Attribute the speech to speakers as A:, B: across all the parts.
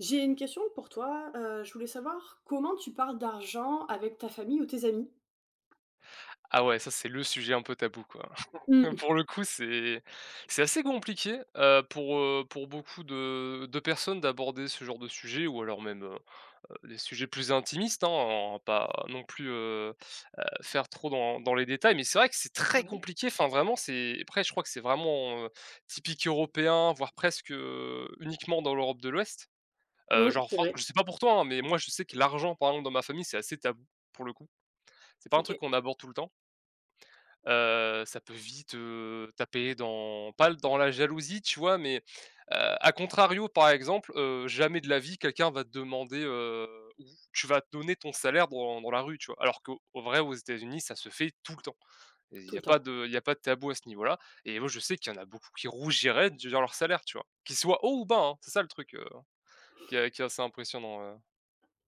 A: J'ai une question pour toi, je voulais savoir comment tu parles d'argent avec ta famille ou tes amis?
B: Ah ouais, ça c'est le sujet un peu tabou quoi.
A: Mmh.
B: Pour le coup, c'est assez compliqué, pour beaucoup de personnes d'aborder ce genre de sujet ou alors même, des sujets plus intimistes, hein, en pas non plus, faire trop dans les détails. Mais c'est vrai que c'est très
A: Ouais.
B: compliqué, enfin vraiment c'est après je crois que c'est vraiment, typique européen, voire presque, uniquement dans l'Europe de l'Ouest.
A: Mmh,
B: Genre
A: c'est
B: France
A: vrai.
B: je sais pas pour toi, hein, mais moi je sais que l'argent par exemple dans ma famille, c'est assez tabou pour le coup. C'est pas un truc
A: OK,
B: qu'on aborde tout le temps. Ça peut vite, taper dans pas dans la jalousie, tu vois? Mais, heu, à contrario, par exemple, jamais de la vie quelqu'un va te demander, ou tu vas te donner ton salaire dans la rue, tu vois? Alors qu'au en vrai, aux États-Unis, ça se fait tout le temps. Il
A: tout
B: y a
A: le
B: pas
A: temps.
B: de il y a pas de tabou à ce niveau-là. Et moi, je sais qu'il y en a beaucoup qui rougiraient de dire leur salaire, tu vois? Qu'il soit haut ou bas, hein, c'est ça le truc, qui est assez impressionnant,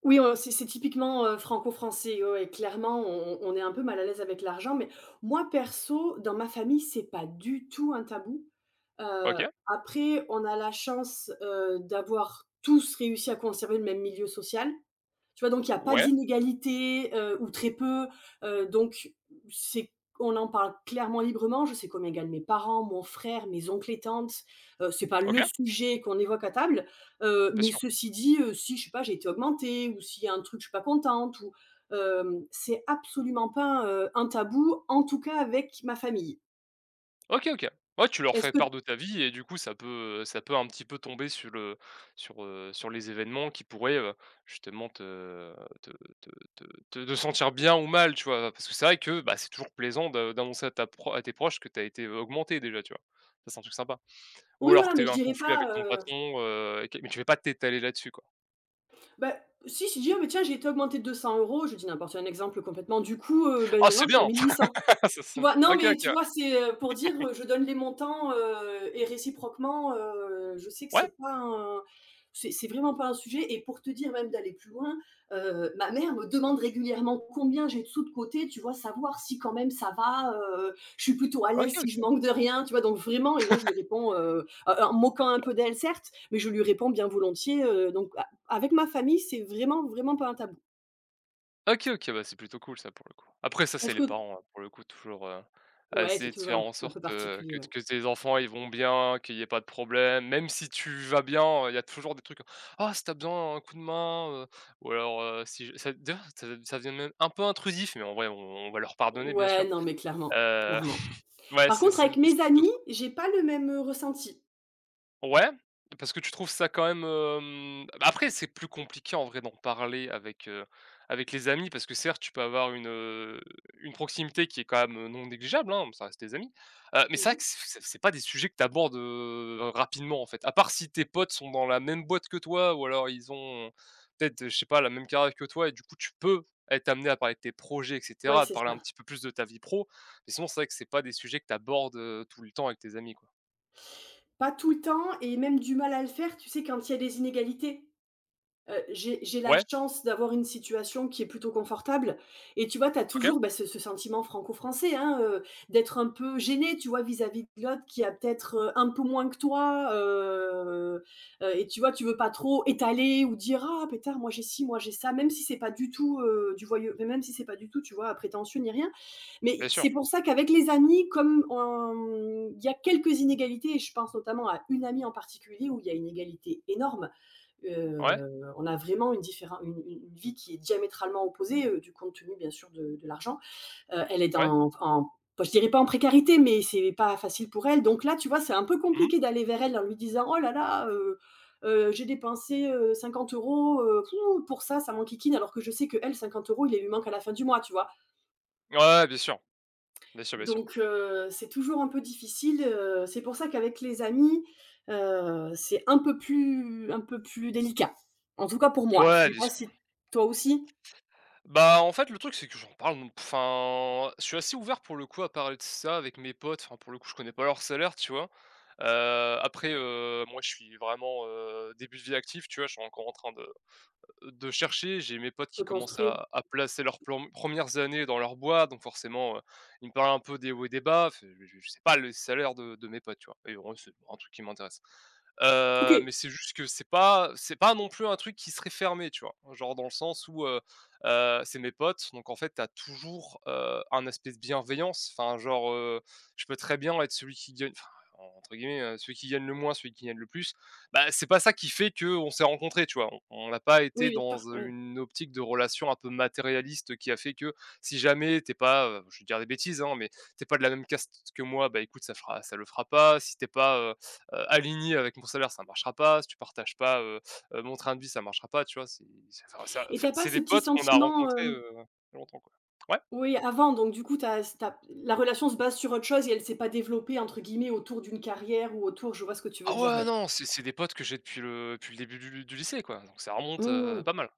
A: Oui, c'est typiquement, franco-français, ouais, ouais, clairement on est un peu mal à l'aise avec l'argent, mais moi perso, dans ma famille, c'est pas du tout un tabou. Heu,
B: OK,
A: Après on a la chance, d'avoir tous réussi à conserver le même milieu social. Tu vois? Donc il y a pas
B: ouais,
A: d'inégalité, ou très peu, donc c'est on en parle clairement librement. Je sais combien gagnent mes parents, mon frère, mes oncles et tantes. C'est pas
B: OK,
A: le sujet qu'on évoque à table.
B: bien
A: Mais
B: sûr.
A: ceci dit, si je sais pas, j'ai été augmentée ou s'il y a un truc, je suis pas contente ou… c'est absolument pas, un tabou, en tout cas avec ma famille.
B: OK, OK. Ouais, tu leur
A: Est-ce
B: fais
A: que
B: part de ta vie et du coup, ça peut un petit peu tomber sur le sur, sur les événements qui pourraient, justement te te te te sentir bien ou mal, tu vois? Parce que c'est vrai que, bah, c'est toujours plaisant de d'annoncer à ta pro à tes proches que tu as été, augmenté déjà, tu vois? Ça, c'est un truc sympa. Ou
A: Oui,
B: alors que
A: voilà,
B: tu as
A: mais
B: eu
A: je
B: un
A: dirais
B: conflit
A: pas,
B: avec ton patron, et que mais tu veux pas t'étaler là-dessus, quoi.
A: bah, si je dis: «Ah mais tiens, j'ai été augmentée de 200 €, je dis n'importe, un exemple complètement, du coup, beh,
B: Ah, c'est
A: maintenant je suis à
B: bien!
A: 1 800.»
B: Ça
A: Tu
B: sent
A: vois? Non,
B: OK,
A: mais
B: OK,
A: tu vois, pour dire, je donne les montants, et réciproquement, je sais que
B: ouais.
A: c'est vraiment pas un sujet, et pour te dire, même d'aller plus loin, ma mère me demande régulièrement combien j'ai de sous de côté, tu vois? Savoir si quand même ça va, je suis plutôt à
B: Ouais, OK,
A: l'aise, si je
B: OK.
A: manque de rien, tu vois? Donc vraiment. Et moi je lui réponds, en moquant un peu d'elle, certes, mais je lui réponds bien volontiers. Donc a avec ma famille, c'est vraiment, vraiment pas un tabou.
B: OK, OK, bah, c'est plutôt cool ça pour le coup. Après ça, c'est
A: Est-ce
B: les
A: que
B: parents, hein, pour le coup toujours, à
A: Ouais, c'est
B: essayer de
A: toujours
B: faire
A: un
B: en
A: un
B: sorte,
A: peu
B: que
A: particulier, ouais.
B: que tes enfants ils vont bien, qu'il y ait pas de problème. Même si tu vas bien, il y a toujours des trucs: «Ah, si t'as besoin un coup de main», ou alors, si je ça d'ailleurs ça devient même un peu intrusif, mais en vrai on va leur pardonner bien sûr.
A: Ouais, non, mais clairement,
B: Heu,
A: clairement.
B: ouais,
A: Par
B: c'est
A: contre,
B: c'est
A: avec
B: plus.
A: mes amis, j'ai pas le même, ressenti.
B: Ouais, parce que tu trouves ça quand même, hem, bah, après c'est plus compliqué en vrai d'en parler avec, avec les amis parce que certes tu peux avoir une proximité qui est quand même, non négligeable, hein, ça reste tes amis. Mais c'est vrai que
A: Mmh.
B: c'est pas des sujets que tu abordes, rapidement en fait, à part si tes potes sont dans la même boîte que toi ou alors ils ont peut-être, je sais pas, la même carrière que toi et du coup tu peux être amené à parler de tes projets et
A: Ouais,
B: cetera, de
A: c'est
B: parler un
A: ça.
B: petit peu plus de ta vie pro, mais sinon c'est vrai que c'est pas des sujets que tu abordes, tout le temps avec tes amis, quoi.
A: Pas tout le temps, et même du mal à le faire, tu sais, quand il y a des inégalités. J'ai la
B: Ouais,
A: chance d'avoir une situation qui est plutôt confortable, et tu vois, tu as
B: OK,
A: toujours, bah, ce sentiment franco-français, hein, d'être un peu gêné, tu vois, vis-à-vis de l'autre qui a peut-être, un peu moins que toi, et tu vois, tu veux pas trop étaler ou dire: «Ah pétard, moi j'ai ci, moi j'ai ça», même si c'est pas du tout, du voyeu, mais même si c'est pas du tout, tu vois, prétentieux ni rien.
B: bien
A: Mais
B: sûr.
A: c'est pour ça qu'avec les amis, comme on il y a quelques inégalités, et je pense notamment à une amie en particulier où il y a une égalité énorme.
B: Ouais,
A: On a vraiment une différen une vie qui est diamétralement opposée, du compte tenu bien sûr de l'argent. Elle est
B: ouais.
A: dans en enfin, je dirais pas en précarité, mais c'est pas facile pour elle. Donc là, tu vois, c'est un peu
B: Mmh.
A: compliqué d'aller vers elle en lui disant: «Oh là là, j'ai dépensé, 50 €, heu, pour ça, ça m'enquiquine», alors que je sais que elle, 50 euros, il les lui manque à la fin du mois, tu vois?
B: Ouais, bien sûr. Bien sûr, bien sûr.
A: Donc c'est toujours un peu difficile, c'est pour ça qu'avec les amis, c'est un peu plus délicat. En tout cas pour moi. Je
B: Ouais,
A: sais
B: bien
A: pas
B: sûr.
A: si toi aussi,
B: Bah, en fait, le truc, c'est que j'en parle donc enfin, je suis assez ouvert pour le coup à parler de ça avec mes potes. Enfin, pour le coup, je connais pas leur salaire, tu vois? Après, moi, je suis vraiment, début de vie active, tu vois? Je suis encore en train de chercher. J'ai mes potes
A: te
B: qui commencent
A: construire
B: à placer leurs plan premières années dans leur boîte, donc forcément, ils me parlent un peu des hauts et des bas. Enfin, je sais pas le salaire de mes potes, tu vois? Et bon, c'est un truc qui m'intéresse.
A: OK,
B: Mais c'est juste que c'est pas non plus un truc qui serait fermé, tu vois? Genre dans le sens où, c'est mes potes, donc en fait, t'as toujours, un aspect de bienveillance. Enfin, genre, je peux très bien être celui qui gagne enfin, entre guillemets, celui qui gagne le moins, celui qui gagne le plus. Bah, c'est pas ça qui fait qu'on s'est rencontrés, tu vois? On n'a pas été
A: oui, bien
B: dans,
A: sûr, oui.
B: une optique de relation un peu matérialiste qui a fait que si jamais t'es pas, je vais dire des bêtises, hein, mais t'es pas de la même caste que moi, bah, écoute, ça le fera pas. Si t'es pas, aligné avec mon salaire, ça marchera pas. Si tu partages pas, mon train de vie, ça marchera pas, tu vois? C'est enfin, ça
A: Et
B: enfin,
A: t'as pas
B: c'est des
A: ce petit
B: potes qu'on a
A: sentiment,
B: rencontrés,
A: hem
B: il y a longtemps, quoi. Ouais.
A: oui, avant, donc du coup, t'as as la relation se base sur autre chose et elle s'est pas développée entre guillemets «autour d'une carrière» ou autour… Je vois ce que tu
B: Ah
A: veux dire,
B: ouais,
A: oui.
B: non, c'est des potes que j'ai depuis le début du lycée, quoi, donc ça remonte,
A: Mmh.
B: pas mal.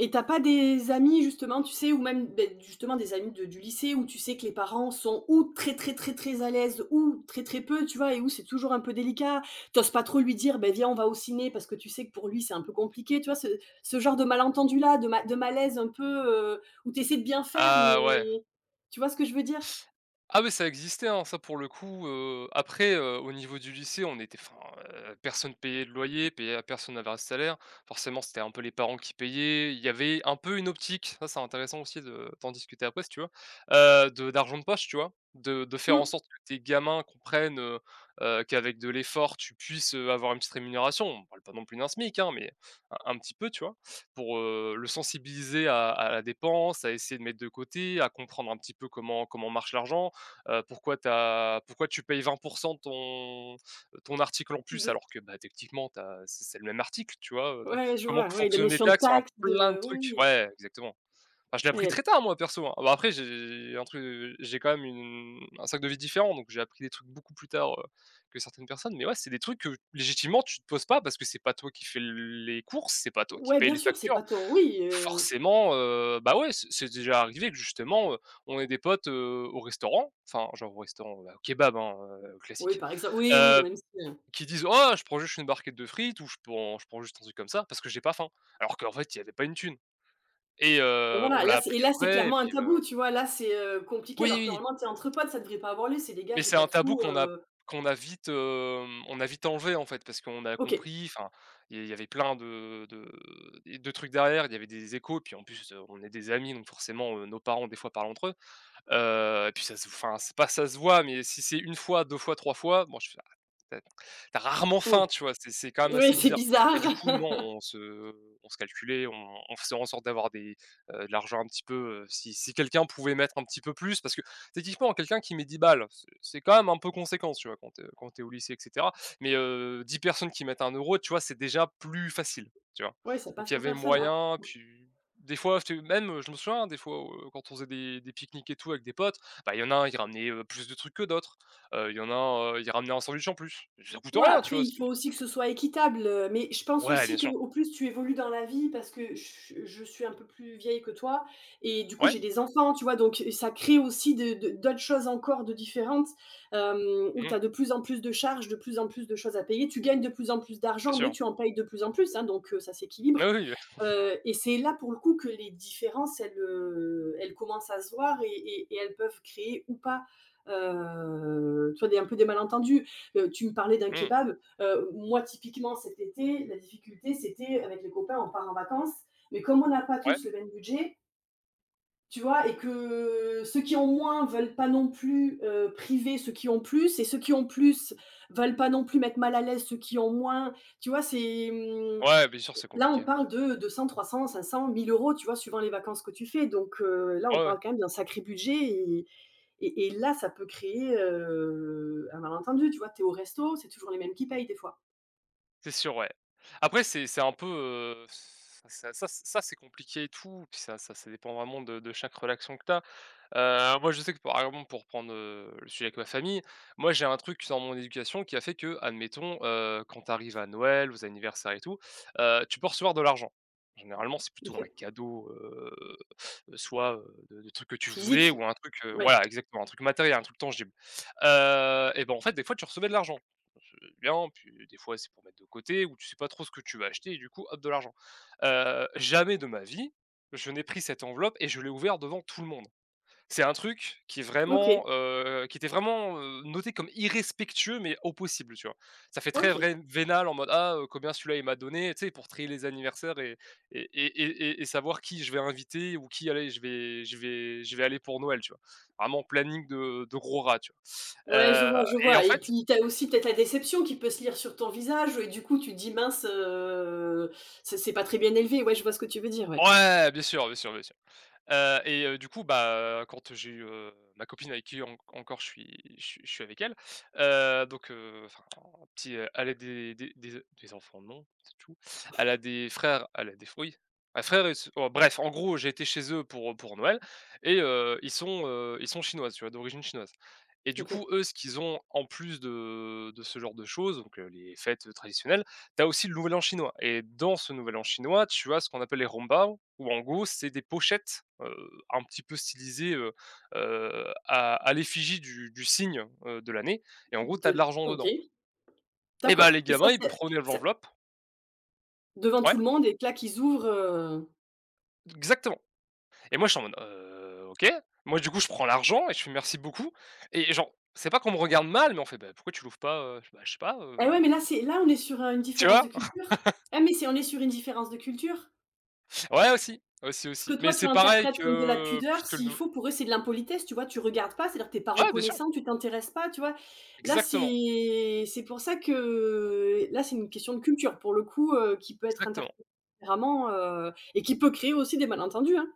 A: Et t'as pas des amis, justement, tu sais, ou même justement des amis de du lycée où tu sais que les parents sont ou très très très très à l'aise, ou très très peu, tu vois? Et où c'est toujours un peu délicat. T'oses pas trop lui dire: «Ben, viens, on va au ciné» parce que tu sais que pour lui, c'est un peu compliqué, tu vois? Ce genre de malentendu là, de malaise un peu, où t'essaies de bien faire, mais
B: Ah ouais.
A: tu vois ce que je veux dire?
B: Ah oui, ça existait, hein, ça pour le coup, après, au niveau du lycée, on était enfin, personne payait de loyer, payait personne n'avait un salaire. Forcément, c'était un peu les parents qui payaient. Il y avait un peu une optique, ça c'est intéressant aussi de d'en discuter après si tu veux, de d'argent de poche, tu vois? De faire en
A: Mmh,
B: sorte que tes gamins comprennent, qu'avec de l'effort, tu puisses, avoir une petite rémunération. On parle pas non plus d'un SMIC, hein, mais un petit peu, tu vois? Pour, le sensibiliser à la dépense, à essayer de mettre de côté, à comprendre un petit peu comment marche l'argent. Heu, pourquoi tu pourquoi tu payes 20 de ton ton article en plus
A: de
B: alors que, bah, techniquement tu c'est le même article, tu vois? De
A: ouais, je
B: comment
A: vois.
B: que
A: Ouais, la
B: fonctionnent les
A: notion de
B: taxes, enfin
A: tact,
B: plein de
A: de… oui,
B: trucs.
A: oui.
B: Ouais, exactement. Enfin, je l'ai appris
A: Et
B: très tard moi perso, hein. Bah, après j'ai un truc, j'ai quand même une un sac de vie différent, donc j'ai appris des trucs beaucoup plus tard, que certaines personnes. Mais ouais, c'est des trucs que légitimement tu te poses pas parce que c'est pas toi qui fais les courses, c'est pas toi qui
A: ouais,
B: paye
A: bien
B: les
A: sûr, c'est
B: factures.
A: pas ton… oui,
B: Forcément, bah, ouais, c'est déjà arrivé que justement, on ait des potes, au restaurant, enfin, genre au restaurant, bah, au kebab, hein,
A: oui,
B: classique,
A: par exemple, oui, oui,
B: heu,
A: même si,
B: qui disent: «Oh, je prends juste une barquette de frites» ou je prends juste un truc comme ça parce que j'ai pas faim», alors qu'en fait, il y avait pas une thune et
A: et
B: on
A: voilà,
B: l'a
A: là c'est et
B: appris
A: là, c'est
B: après et
A: clairement un
B: puis,
A: tabou, tu vois? Là, c'est, compliqué
B: oui,
A: alors
B: oui,
A: que
B: oui,
A: normalement tu es entre potes, ça devrait pas avoir lieu, c'est: «Les gars,
B: mais
A: j'ai
B: c'est
A: pas
B: un
A: de
B: tabou
A: sous,»
B: qu'on a qu'on a vite, hem, on a vite enlevé, en fait, parce qu'on a
A: OK.
B: compris, enfin, il y y avait plein de de trucs derrière, il y avait des échos et puis en plus, on est des amis donc forcément, nos parents, des fois, parlent entre eux. Et puis ça se enfin, c'est pas ça se voit, mais si c'est une fois, 2 fois, 3 fois, bon je fais: «Ah, tu as rarement
A: Mmh.
B: faim», tu vois? C'est quand même
A: Oui,
B: assez
A: c'est
B: bizarre. Et
A: bizarre.
B: du coup, non, on se on se calculait, on faisait en sorte d'avoir des, de l'argent un petit peu, si quelqu'un pouvait mettre un petit peu plus parce que techniquement quelqu'un qui met 10 balles, c'est quand même un peu conséquent, tu vois? Quand t'es au lycée, et cetera. Mais, 10 personnes qui mettent un euro tu vois? C'est déjà plus facile, tu vois?
A: Ouais, ça
B: Donc
A: passe
B: il y
A: pour
B: avait
A: personne. Ah,
B: moyen, puis des fois, c'était même, je me souviens, hein, des fois, quand on faisait des pique-niques et tout avec des potes, bah, il y en a un, il ramenait, plus de trucs que d'autres. Il y en a un, il ramenait un sandwich en plus. Ça coûte
A: ouais,
B: rien, tu
A: après
B: vois?
A: il
B: C'est
A: faut aussi que ce soit équitable, mais je pense
B: ouais, bien
A: aussi
B: sûr.
A: qu'au plus tu évolues dans la vie, parce que je suis un peu plus vieille que toi et du coup
B: Ouais,
A: j'ai des enfants, tu vois? Donc ça crée aussi de d'autres choses encore de différentes, où
B: mmh,
A: tu as de plus en plus de charges, de plus en plus de choses à payer. Tu gagnes de plus en plus
B: bien
A: d'argent, mais
B: sûr.
A: tu en payes de plus en plus, hein. Donc ça s'équilibre.
B: Ah oui,
A: Et c'est là, pour le coup, que les différences, elles, elles commencent à se voir, et elles peuvent créer ou pas, tu vois, des un peu des malentendus. Tu me parlais d'un
B: oui, mmh,
A: kebab. Moi, typiquement, cet été, la difficulté, c'était avec les copains: on part en vacances, mais comme on n'a pas
B: ouais.
A: tous le même budget, tu vois? Et que ceux qui ont moins veulent pas non plus, priver ceux qui ont plus, et ceux qui ont plus veulent pas non plus mettre mal à l'aise ceux qui ont moins. Tu vois? C'est…
B: Ouais, bien sûr, c'est
A: là, on
B: compliqué.
A: parle de 200, 300, 500, mille euros, tu vois? Suivant les vacances que tu fais, donc là,
B: Ouais,
A: on
B: ouais,
A: parle quand même d'un sacré budget, et là, ça peut créer, un malentendu, tu vois? Tu es au resto, c'est toujours les mêmes qui payent des fois.
B: c'est sûr, ouais. Après, c'est un peu, ça c'est compliqué et tout, puis ça dépend vraiment de chaque relation que tu. Moi, je sais que par exemple, pour prendre, le sujet avec ma famille, moi, j'ai un truc dans mon éducation qui a fait qu'admettons, quand tu arrives à Noël, aux anniversaires et tout, tu peux recevoir de l'argent. Généralement, c'est plutôt un
A: OK.
B: cadeau, soit, de trucs que tu voulais
A: Physique?
B: ou un truc,
A: Ouais,
B: voilà, exactement, un truc matériel, un truc tangible. Et ben, en fait, des fois, tu recevais de l'argent. C'est bien, puis des fois, c'est pour mettre de côté ou tu sais pas trop ce que tu vas acheter et du coup, hop, de l'argent. Jamais de ma vie, je n'ai pris cette enveloppe et je l'ai ouverte devant tout le monde. C'est un truc qui est vraiment,
A: OK,
B: qui était vraiment, noté comme irrespectueux, mais au possible, tu vois? Ça fait très
A: OK.
B: vrai vénal en mode: «Ah, combien celui-là il m'a donné», tu sais? Pour trier les anniversaires et savoir qui je vais inviter ou qui, allez, je vais aller pour Noël, tu vois? Vraiment planning de gros rat, tu vois?
A: Ouais, je
B: Heu
A: vois, je
B: et en
A: vois, et
B: fait
A: puis tu as aussi peut-être la déception qui peut se lire sur ton visage et du coup, tu te dis: «Mince, c'est pas très bien élevé». Ouais, je vois ce que tu veux dire, ouais.
B: ouais, bien sûr, bien sûr, bien sûr. Du coup, bah, quand j'ai eu, ma copine avec qui en encore je suis je suis avec elle, donc enfin, un petit, elle a des enfants, non, c'est tout. Elle a des frères, elle a des fruits. Oui, un frère et s oh bref, en gros, j'ai été chez eux pour Noël et ils sont chinoises, tu vois? D'origine chinoise et du
A: OK.
B: coup, eux, ce qu'ils ont en plus de ce genre de choses, donc les fêtes, traditionnelles, tu as aussi le nouvel an chinois et dans ce nouvel an chinois, tu as ce qu'on appelle les Rongbao où en gros, c'est des pochettes, un petit peu stylisées, à l'effigie du signe, de l'année et en gros, tu as
A: De
B: de l'argent
A: OK,
B: dedans et bah, les
A: d'accord, et ça,
B: gamins, ils
A: c'est…
B: prenaient
A: ça
B: l'enveloppe
A: devant
B: ouais,
A: tout le monde et que là, qu'ils ouvrent,
B: exactement. Et moi, j'étais en mode: OK». Moi, du coup, je prends l'argent et je fais: «Merci beaucoup» et genre, c'est pas qu'on me regarde mal, mais on fait: «Bah, pourquoi tu l'ouvres pas,» Je «Bah, je sais pas,»
A: eh ouais, mais là, on est sur, une
B: Tu
A: différence de
B: vois?
A: culture. Ah, mais c'est on est sur une différence de culture.
B: Ouais, aussi, aussi,
A: Ce que
B: aussi, mais
A: toi, tu
B: c'est pareil
A: interprètes comme de la
B: que plus
A: pudeur,
B: que le
A: s'il
B: no.
A: faut, pour eux, c'est de l'impolitesse, tu vois? Tu regardes pas, c'est-à-dire tu es pas
B: Ouais, bien sûr,
A: reconnaissant, tu t'intéresses pas, tu vois? Là,
B: exactement,
A: c'est pour ça que là, c'est une question de culture, pour le coup, qui peut être
B: exactement.
A: interprétée différemment, et qui peut créer aussi des malentendus, hein.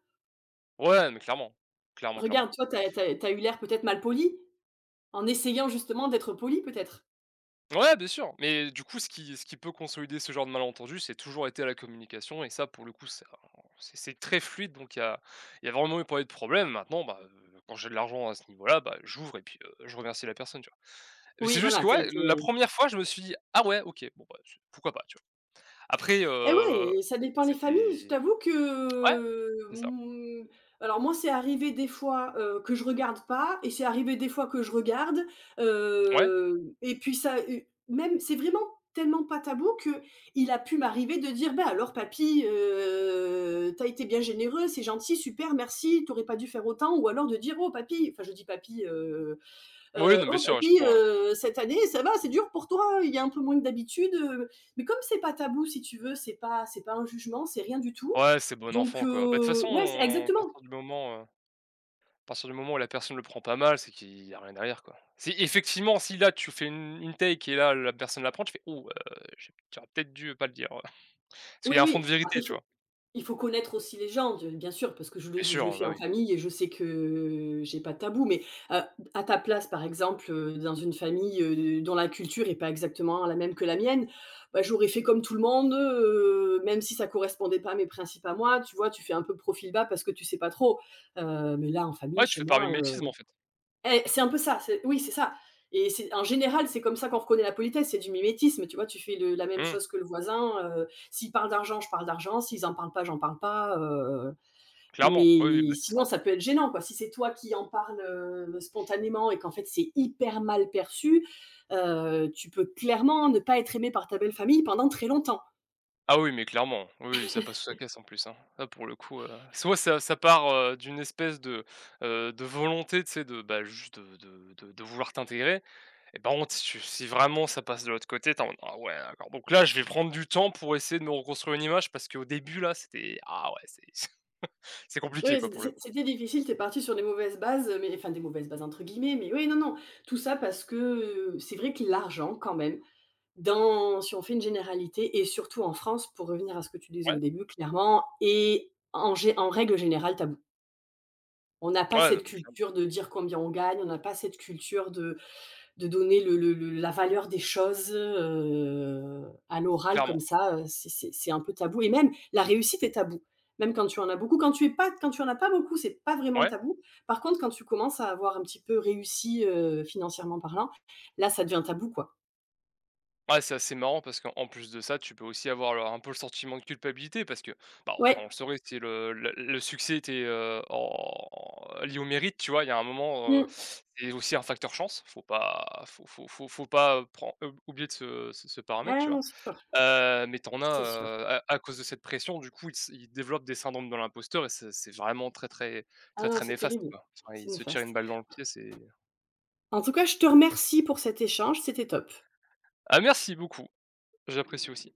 B: Ouais, mais clairement, clairement,
A: Regarde,
B: clairement.
A: toi, tu as eu l'air peut-être malpoli, en essayant justement d'être poli, peut-être.
B: Ouais, bien sûr, mais du coup, ce qui peut consolider ce genre de malentendu, c'est toujours été la communication et ça, pour le coup, ça c'est très fluide, donc il y a vraiment pas eu de problème. Maintenant, bah, quand j'ai de l'argent à ce niveau-là, bah, j'ouvre et puis, je remercie la personne, tu vois? Mais
A: Oui,
B: c'est juste
A: voilà,
B: que,
A: tu as
B: ouais, la
A: été
B: première fois, je me suis dit: «Ah ouais, OK, bon, bah, c'est pourquoi pas», tu vois? Après,
A: et ouais, et ça dépend les familles. Je
B: c'était
A: t'avoue
B: ouais,
A: que,
B: c'est ça.
A: alors moi, c'est arrivé des fois, que je regarde pas, et c'est arrivé des fois que je regarde,
B: Ouais.
A: et puis ça, même c'est vraiment tellement pas tabou que il a pu m'arriver de dire: «Bah, alors papy, tu été bien généreux, c'est gentil, super, merci, t'aurais pas dû faire autant» ou alors de dire: «Oh papy», enfin je dis papy,
B: Oui,
A: heu,
B: non, bien
A: «Oh
B: sûr, ouais, je
A: papy,
B: comprends, ouais.
A: cette année ça va, c'est dur pour toi, hein, il y a un peu moins que d'habitude,» Mais comme c'est pas tabou, si tu veux, c'est pas un jugement, c'est rien du tout.
B: Ouais, c'est bon
A: Donc
B: enfant, quoi. Bah, de toute façon,
A: ouais, c'est
B: à
A: exactement.
B: partir du moment, À partir du moment où la personne le prend pas mal, c'est qu'il y a rien derrière, quoi. Si effectivement, si là tu fais une take et là la personne la prend, tu fais: «Ouh, j'aurais peut-être dû pas le dire, Parce qu'il y
A: Oui,
B: a un fond
A: oui.
B: de
A: Après
B: vérité,
A: il
B: tu
A: faut
B: vois?
A: Il faut connaître aussi les gens, de bien sûr, parce que je le
B: Bien
A: je le
B: sûr,
A: fais
B: bah,
A: en
B: oui.
A: famille et je sais que j'ai pas de tabou, mais, heu, à ta place, par exemple, dans une famille, dont la culture est pas exactement la même que la mienne, bah, j'aurais fait comme tout le monde, même si ça correspondait pas à mes principes à moi, tu vois? Tu fais un peu profil bas parce que tu sais pas trop, mais là, en
B: Ouais,
A: famille,
B: tu
A: chez
B: fais par
A: moi,
B: mimétisme, en fait.
A: c'est un peu ça, c'est oui, c'est ça, et c'est en général, c'est comme ça qu'on reconnaît la politesse, c'est du mimétisme, tu vois? Tu fais le la même
B: Mmh,
A: chose que le voisin. S'ils parlent d'argent, je parle d'argent; s'ils en parlent pas, j'en parle pas.
B: clairement. Oui, oui,
A: Mais
B: bah, c'est ça.
A: sinon
B: Hein.
A: ça peut être gênant, quoi. Si c'est toi qui en parles, spontanément, et qu'en fait c'est hyper mal perçu, tu peux clairement ne pas être aimé par ta belle famille pendant très longtemps.
B: Ah oui, mais clairement. Oui, oui, ça passe sous la caisse, en plus, hein. Là, pour le coup, soit ça ça part, d'une espèce de volonté, tu sais, de, bah, juste de vouloir t'intégrer, et par contre, si tu si vraiment ça passe de l'autre côté, tu en mode: «Ah ouais, d'accord». Donc là, je vais prendre du temps pour essayer de me reconstruire une image parce qu'au début là, c'était ah ouais, c'est c'est compliqué
A: Oui,
B: quoi pour le coup.
A: c'était difficile. T'es parti sur des mauvaises bases, mais enfin des «mauvaises bases» entre guillemets, mais oui, non, non, tout ça parce que, c'est vrai que l'argent, quand même, Dans si on fait une généralité et surtout en France, pour revenir à ce que tu disais
B: Ouais,
A: au début, clairement, et en règle générale, tabou. On n'a pas
B: ouais, non
A: cette
B: mais clairement,
A: culture de dire combien on gagne, on n'a pas cette culture de donner le la valeur des choses, à l'oral comme
B: clairement.
A: ça. C'est un peu tabou, et même la réussite est tabou. Même quand tu en as beaucoup, quand tu en as pas beaucoup, c'est pas vraiment
B: Ouais,
A: tabou. Par contre, quand tu commences à avoir un petit peu réussi, financièrement parlant, là, ça devient tabou, quoi.
B: ouais, c'est assez marrant parce qu'en en plus de ça, tu peux aussi avoir le un peu le sentiment de culpabilité parce que, bah, enfin,
A: Ouais,
B: on le saurait si le succès était, en en- lié au mérite, tu vois? Il y a un moment,
A: mmh.
B: c'est aussi un facteur chance. Faut pas faut pas, pren oublier de ce paramètre,
A: Ah
B: tu vois?
A: non, c'est sûr.
B: Mais t'en as,
A: C'est sûr.
B: à cause de cette pression, du coup, ils développent des syndromes de l'imposteur et c'est vraiment très, très,
A: Ah
B: très,
A: non,
B: très
A: c'est
B: néfaste,
A: terrible,
B: quoi. Enfin, ils
A: c'est
B: se tirent une
A: néfaste.
B: balle dans le pied, c'est
A: En tout cas, je te remercie pour cet échange, c'était top.
B: ah merci beaucoup, j'apprécie aussi.